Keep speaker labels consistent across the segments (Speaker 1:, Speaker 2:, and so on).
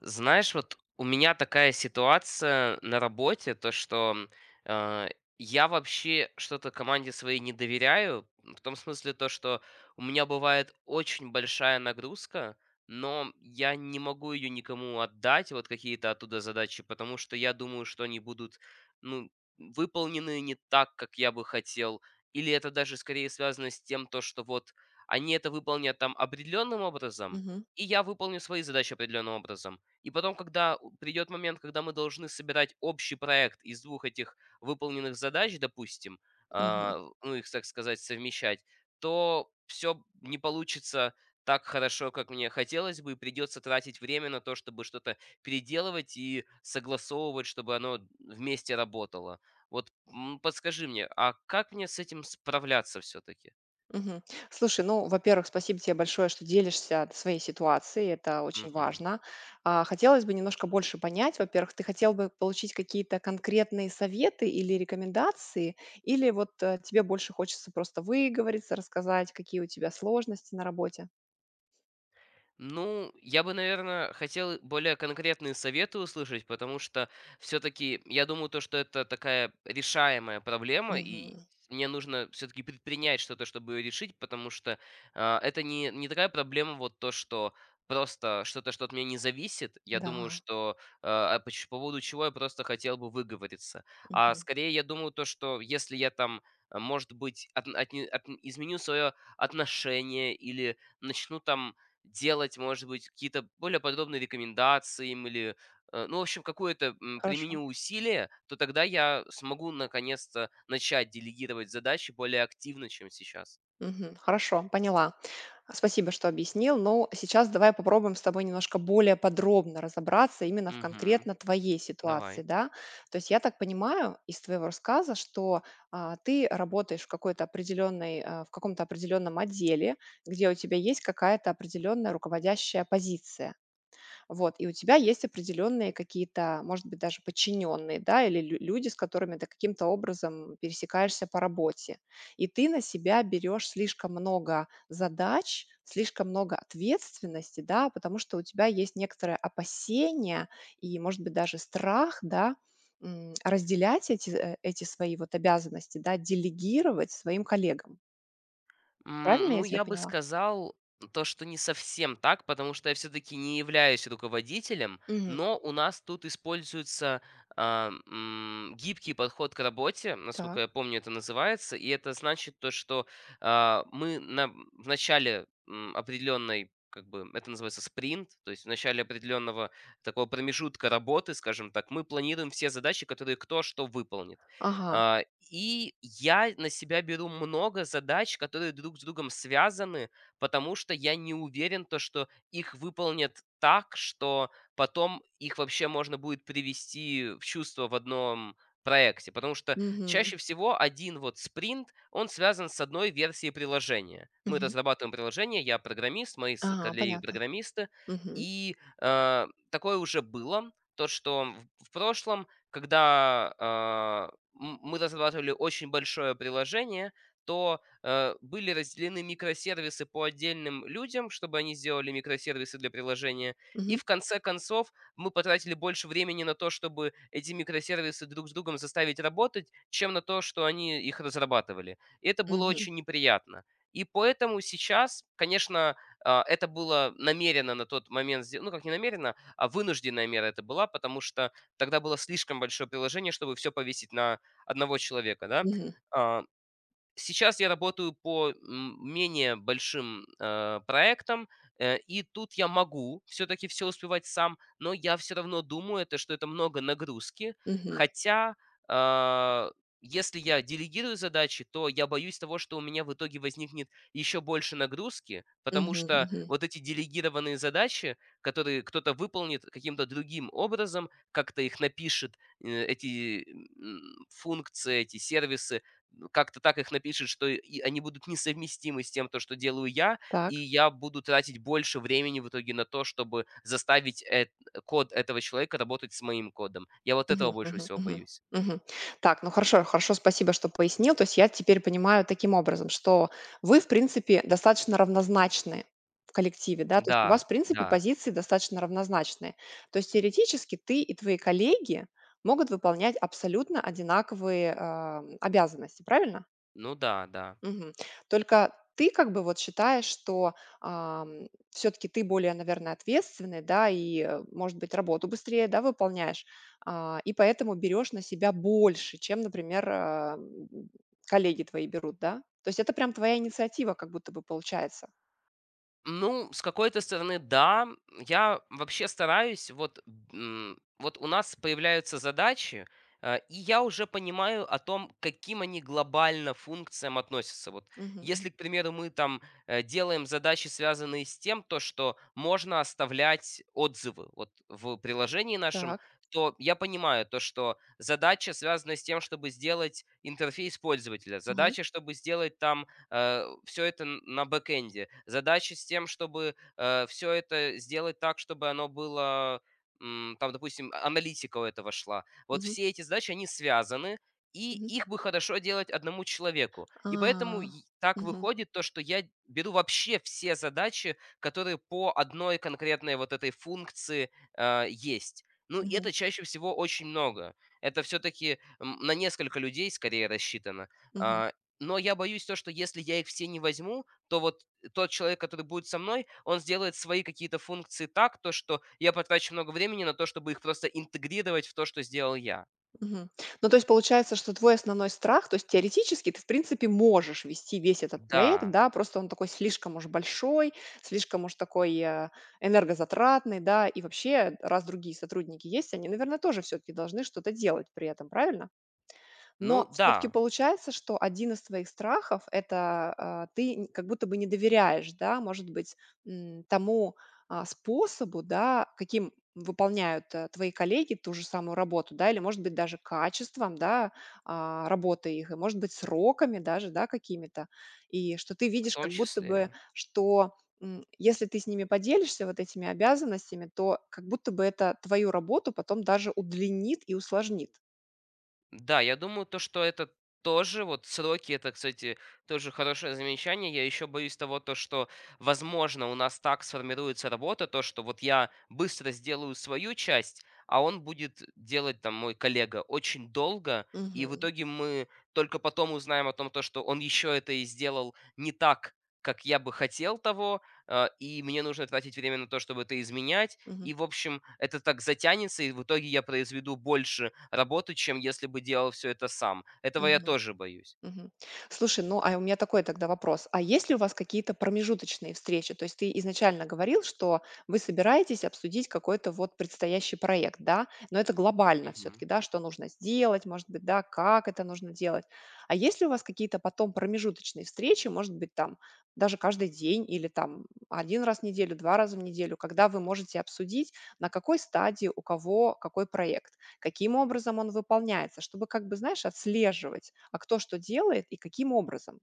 Speaker 1: Знаешь, вот у меня такая ситуация на работе, то что э, я вообще что-то команде своей не доверяю, в том смысле то, что у меня бывает очень большая нагрузка, но я не могу ее никому отдать, вот какие-то оттуда задачи, потому что я думаю, что они будут, ну, выполнены не так, как я бы хотел, или это даже скорее связано с тем, то, что вот они это выполнят там определенным образом,
Speaker 2: Мгм,
Speaker 1: и я выполню свои задачи определенным образом и потом, когда придет момент, когда мы должны собирать общий проект из двух этих выполненных задач, допустим,
Speaker 2: мгм,
Speaker 1: ну, их, так сказать, совмещать, то все не получится так хорошо, как мне хотелось бы, и придется тратить время на то, чтобы что-то переделывать и согласовывать, чтобы оно вместе работало. Вот, подскажи мне, а как мне с этим справляться все-таки?
Speaker 2: мгм. Слушай, ну, во-первых, спасибо тебе большое, что делишься своей ситуацией, это очень важно. Хотелось бы немножко больше понять, во-первых, ты хотел бы получить какие-то конкретные советы или рекомендации, или вот тебе больше хочется просто выговориться, рассказать, какие у тебя сложности на работе?
Speaker 1: Ну, я бы, наверное, хотел более конкретные советы услышать, потому что все-таки я думаю, то, что это такая решаемая проблема, и
Speaker 2: Мгм.
Speaker 1: мне нужно все-таки предпринять что-то, чтобы ее решить, потому что это не такая проблема, вот то, что просто что-то, что от меня не зависит. Я думаю,
Speaker 2: Да,
Speaker 1: что по поводу чего я просто хотел бы выговориться. А
Speaker 2: мгм.
Speaker 1: скорее, я думаю, то, что если я там, может быть, изменю свое отношение или начну там делать, может быть, какие-то более подробные рекомендации им или, ну, в общем, какое-то
Speaker 2: Хорошо.
Speaker 1: применю усилие, то тогда я смогу наконец-то начать делегировать задачи более активно, чем сейчас.
Speaker 2: Мгм. Хорошо, поняла. Спасибо, что объяснил. Но сейчас давай попробуем с тобой немножко более подробно разобраться именно в
Speaker 1: Угу.
Speaker 2: конкретно твоей ситуации,
Speaker 1: Давай.
Speaker 2: да. То есть я так понимаю из твоего рассказа, что ты работаешь в какой-то определенной, в каком-то определенном отделе, где у тебя есть какая-то определенная руководящая позиция. Вот, и у тебя есть определенные какие-то, может быть, даже подчиненные, да, или люди, с которыми ты каким-то образом пересекаешься по работе. И ты на себя берешь слишком много задач, слишком много ответственности, да, потому что у тебя есть некоторое опасение и, может быть, даже страх, да, разделять эти свои вот обязанности, да, делегировать своим коллегам. Правильно я
Speaker 1: Ну,
Speaker 2: тебя
Speaker 1: я бы
Speaker 2: поняла?
Speaker 1: сказал то, что не совсем так, потому что я все-таки не являюсь руководителем,
Speaker 2: Мгм.
Speaker 1: но у нас тут используется гибкий подход к работе, насколько
Speaker 2: Так.
Speaker 1: я помню, это называется, и это значит то, что в начале определенной как бы это называется спринт, то есть в начале определенного такого промежутка работы, скажем так, мы планируем все задачи, которые кто что выполнит.
Speaker 2: Ага.
Speaker 1: А, и я на себя беру много задач, которые друг с другом связаны, потому что я не уверен, то, что их выполнят так, что потом их вообще можно будет привести в чувство в одном проекте. Потому что
Speaker 2: Мгм.
Speaker 1: чаще всего один вот спринт, он связан с одной версией приложения. Мы
Speaker 2: Мгм.
Speaker 1: разрабатываем приложение, я программист, мои
Speaker 2: Ага,
Speaker 1: коллеги
Speaker 2: понятно.
Speaker 1: программисты,
Speaker 2: Мгм.
Speaker 1: и такое уже было, то, что в прошлом, когда мы разрабатывали очень большое приложение, то были разделены микросервисы по отдельным людям, чтобы они сделали микросервисы для приложения. И
Speaker 2: Мгм.
Speaker 1: в конце концов мы потратили больше времени на то, чтобы эти микросервисы друг с другом заставить работать, чем на то, что они их разрабатывали. И это было
Speaker 2: Мгм.
Speaker 1: очень неприятно. И поэтому сейчас, конечно, это было намеренно на тот момент, ну как не намеренно, а вынужденная мера это была, потому что тогда было слишком большое приложение, чтобы все повесить на одного человека, да.
Speaker 2: Мгм.
Speaker 1: А, Сейчас я работаю по менее большим проектам, и тут я могу все-таки все успевать сам, но я все равно думаю, это, что это много нагрузки,
Speaker 2: Мгм.
Speaker 1: хотя а, если я делегирую задачи, то я боюсь того, что у меня в итоге возникнет еще больше нагрузки, потому
Speaker 2: Мгм.
Speaker 1: что
Speaker 2: Мгм.
Speaker 1: вот эти делегированные задачи, которые кто-то выполнит каким-то другим образом, как-то их напишет, эти функции, эти сервисы, ну, как-то так их напишет, что и они будут несовместимы с тем, то, что делаю я, и
Speaker 2: Так.
Speaker 1: я буду тратить больше времени в итоге на то, чтобы заставить код этого человека работать с моим кодом. Я вот
Speaker 2: Мгм.
Speaker 1: этого больше
Speaker 2: Мгм.
Speaker 1: всего
Speaker 2: Мгм.
Speaker 1: боюсь.
Speaker 2: Мгм. Так, ну хорошо, хорошо, спасибо, что пояснил. То есть я теперь понимаю таким образом, что вы, в принципе, достаточно равнозначны в коллективе, да, то есть у
Speaker 1: Да,
Speaker 2: вас, в принципе,
Speaker 1: да.
Speaker 2: позиции достаточно равнозначные. То есть теоретически ты и твои коллеги могут выполнять абсолютно одинаковые, обязанности, правильно?
Speaker 1: Ну да, да.
Speaker 2: Мгм. Только ты как бы вот считаешь, что, все таки ты более, наверное, ответственный, да, и, может быть, работу быстрее, да, выполняешь, и поэтому берешь на себя больше, чем, например, коллеги твои берут, да? То есть это прям твоя инициатива как будто бы получается.
Speaker 1: Ну, с какой-то стороны, да. Я вообще стараюсь, вот, вот у нас появляются задачи, и я уже понимаю о том, каким они глобально функциям относятся. Вот
Speaker 2: Мгм,
Speaker 1: если,
Speaker 2: мгм.
Speaker 1: к примеру, мы там делаем задачи, связанные с тем, то, что можно оставлять отзывы вот в приложении нашем,
Speaker 2: Так.
Speaker 1: то я понимаю то, что задача связана с тем, чтобы сделать интерфейс пользователя,
Speaker 2: Ага.
Speaker 1: задача, чтобы сделать там все это на бэкэнде. Задача с тем, чтобы все это сделать так, чтобы оно было, там, допустим, аналитика у этого шла. Вот
Speaker 2: Мгм,
Speaker 1: все эти задачи, они связаны, и
Speaker 2: мгм.
Speaker 1: их бы хорошо делать одному человеку. И поэтому
Speaker 2: А.
Speaker 1: и так
Speaker 2: Мгм,
Speaker 1: выходит то, что я беру вообще все задачи, которые по одной конкретной вот этой функции есть. Ну, и
Speaker 2: мгм,
Speaker 1: это чаще всего очень много. Это все-таки на несколько людей скорее рассчитано.
Speaker 2: мгм.
Speaker 1: А, но я боюсь то, что если я их все не возьму, то вот тот человек, который будет со мной, он сделает свои какие-то функции так, то что я потрачу много времени на то, чтобы их просто интегрировать в то, что сделал я.
Speaker 2: Мгм. Ну, то есть получается, что твой основной страх, то есть теоретически ты, в принципе, можешь вести весь этот проект,
Speaker 1: Да,
Speaker 2: да, просто он такой слишком уж большой, слишком уж такой энергозатратный, да, и вообще, раз другие сотрудники есть, они, наверное, тоже все-таки должны что-то делать при этом, правильно?
Speaker 1: ну
Speaker 2: Но все таки
Speaker 1: да,
Speaker 2: получается, что один из твоих страхов- это, ты н как будто бы не доверяешь, да, может быть, тому, способу, да, каким выполняют, твои коллеги ту же самую работу, да, или, может быть, даже качеством, да, работы их, и, может быть, сроками даже, да, какими-то. И что ты
Speaker 1: в
Speaker 2: видишь
Speaker 1: том
Speaker 2: как будто бы,
Speaker 1: числе.
Speaker 2: что, если ты с ними поделишься вот этими обязанностями, то как будто бы это твою работу потом даже удлинит и усложнит.
Speaker 1: Да, я думаю, то, что это тоже, вот сроки, это, кстати, тоже хорошее замечание. Я еще боюсь того, то, что, возможно, у нас так сформируется работа, то, что вот я быстро сделаю свою часть, а он будет делать, там, мой коллега, очень долго, и в
Speaker 2: Мгм.
Speaker 1: итоге мы только потом узнаем о том, то, что он еще это и сделал не так, как я бы хотел того, и мне нужно тратить время на то, чтобы это изменять,
Speaker 2: Мгм.
Speaker 1: и, в общем, это так затянется, и в итоге я произведу больше работы, чем если бы делал все это сам. Этого я
Speaker 2: Мгм,
Speaker 1: тоже боюсь.
Speaker 2: мгм. Слушай, ну, а у меня такой тогда вопрос. А есть ли у вас какие-то промежуточные встречи? То есть ты изначально говорил, что вы собираетесь обсудить какой-то вот предстоящий проект, да? Но это глобально
Speaker 1: Мгм.
Speaker 2: все-таки, да, что нужно сделать, может быть, да, как это нужно делать. А есть ли у вас какие-то потом промежуточные встречи, может быть, там даже каждый день или там один раз в неделю, два раза в неделю, когда вы можете обсудить, на какой стадии у кого какой проект? Каким образом он выполняется, чтобы как бы, знаешь, отслеживать, а кто что делает и каким образом.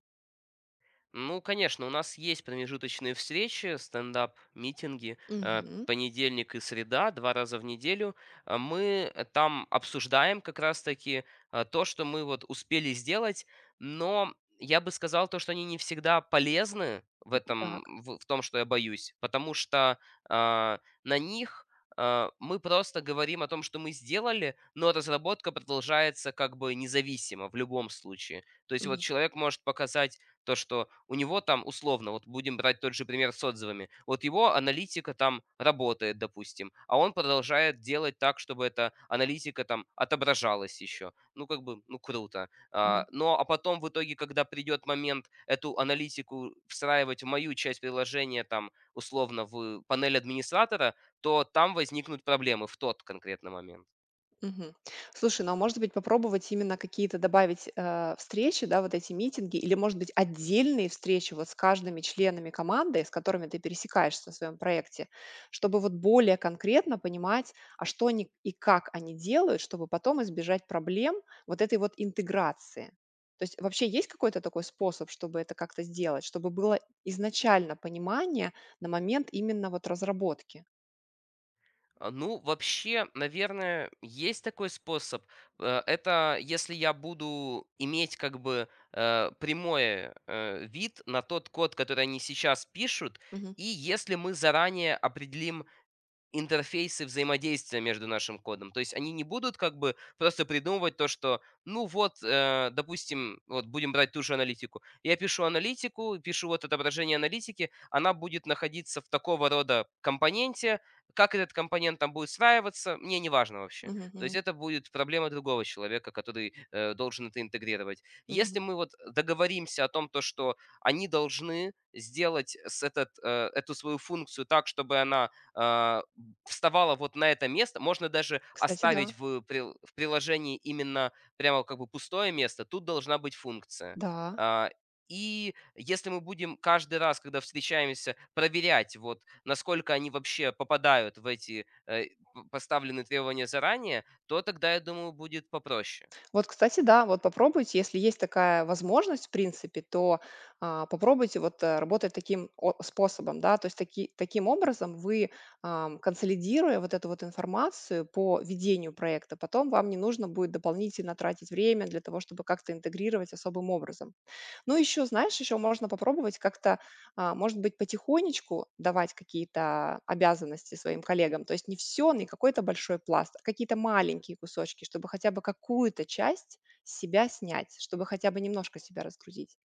Speaker 1: Ну, конечно, у нас есть промежуточные встречи, стендап-митинги,
Speaker 2: Мгм.
Speaker 1: понедельник и среда, два раза в неделю. А мы там обсуждаем как раз-таки то, что мы вот успели сделать, но я бы сказал то, что они не всегда полезны в
Speaker 2: Так.
Speaker 1: этом, в том, что я боюсь, потому что а, на них мы просто говорим о том, что мы сделали, но разработка продолжается как бы независимо в любом случае. То есть вот
Speaker 2: Мгм.
Speaker 1: человек может показать то, что у него там условно, вот будем брать тот же пример с отзывами, вот его аналитика там работает, допустим, а он продолжает делать так, чтобы эта аналитика там отображалась еще. Ну, как бы, ну, круто. А потом в итоге, когда придет момент эту аналитику встраивать в мою часть приложения, там, условно, в панель администратора, то там возникнут проблемы в тот конкретный момент.
Speaker 2: Мгм. Слушай, ну, а может быть, попробовать именно какие-то добавить, встречи, да, вот эти митинги, или, может быть, отдельные встречи вот с каждыми членами команды, с которыми ты пересекаешься в своем проекте, чтобы вот более конкретно понимать, а что они и как они делают, чтобы потом избежать проблем вот этой вот интеграции. То есть вообще есть какой-то такой способ, чтобы это как-то сделать, чтобы было изначально понимание на момент именно вот разработки?
Speaker 1: Ну, вообще, наверное, есть такой способ. Это если я буду иметь как бы, прямой, вид на тот код, который они сейчас пишут,
Speaker 2: Мгм.
Speaker 1: и если мы заранее определим интерфейсы взаимодействия между нашим кодом. То есть они не будут как бы просто придумывать то, что, ну вот, допустим, вот будем брать ту же аналитику. Я пишу аналитику, пишу вот отображение аналитики, она будет находиться в такого рода компоненте, как этот компонент там будет сваиваться, мне не важно вообще.
Speaker 2: Мгм,
Speaker 1: То есть
Speaker 2: мгм,
Speaker 1: это будет проблема другого человека, который должен это интегрировать.
Speaker 2: мгм.
Speaker 1: Если мы вот договоримся о том, то, что они должны сделать с этот, эту свою функцию так, чтобы она вставала вот на это место. Можно даже
Speaker 2: Кстати, да.
Speaker 1: оставить в прил в приложении именно прямо как бы пустое место. Тут должна быть функция.
Speaker 2: Да.
Speaker 1: А, и если мы будем каждый раз, когда встречаемся, проверять, вот насколько они вообще попадают в эти, э, п поставленные требования заранее, то тогда, я думаю, будет попроще.
Speaker 2: Вот, кстати, да, вот попробуйте, если есть такая возможность, в принципе, то попробуйте вот работать таким способом, да, то есть таким образом вы, консолидируя вот эту вот информацию по ведению проекта, потом вам не нужно будет дополнительно тратить время для того, чтобы как-то интегрировать особым образом. Ну, еще, знаешь, еще можно попробовать как-то может быть, потихонечку давать какие-то обязанности своим коллегам, то есть не все, не какой-то большой пласт, а какие-то маленькие кусочки, чтобы хотя бы какую-то часть с себя снять, чтобы хотя бы немножко себя разгрузить.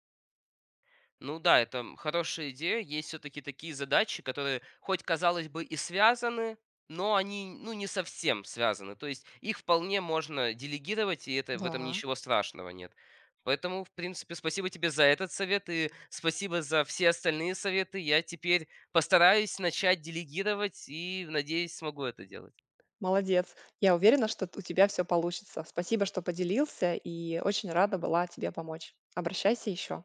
Speaker 1: Ну да, это хорошая идея. Есть все-таки такие задачи, которые хоть, казалось бы, и связаны, но они ну, не совсем связаны. То есть их вполне можно делегировать, и это, в этом
Speaker 2: Да,
Speaker 1: ничего страшного нет. Поэтому, в принципе, спасибо тебе за этот совет и спасибо за все остальные советы. Я теперь постараюсь начать делегировать и, надеюсь, смогу это делать.
Speaker 2: молодец. Я уверена, что у тебя все получится. Спасибо, что поделился, и очень рада была тебе помочь. Обращайся еще.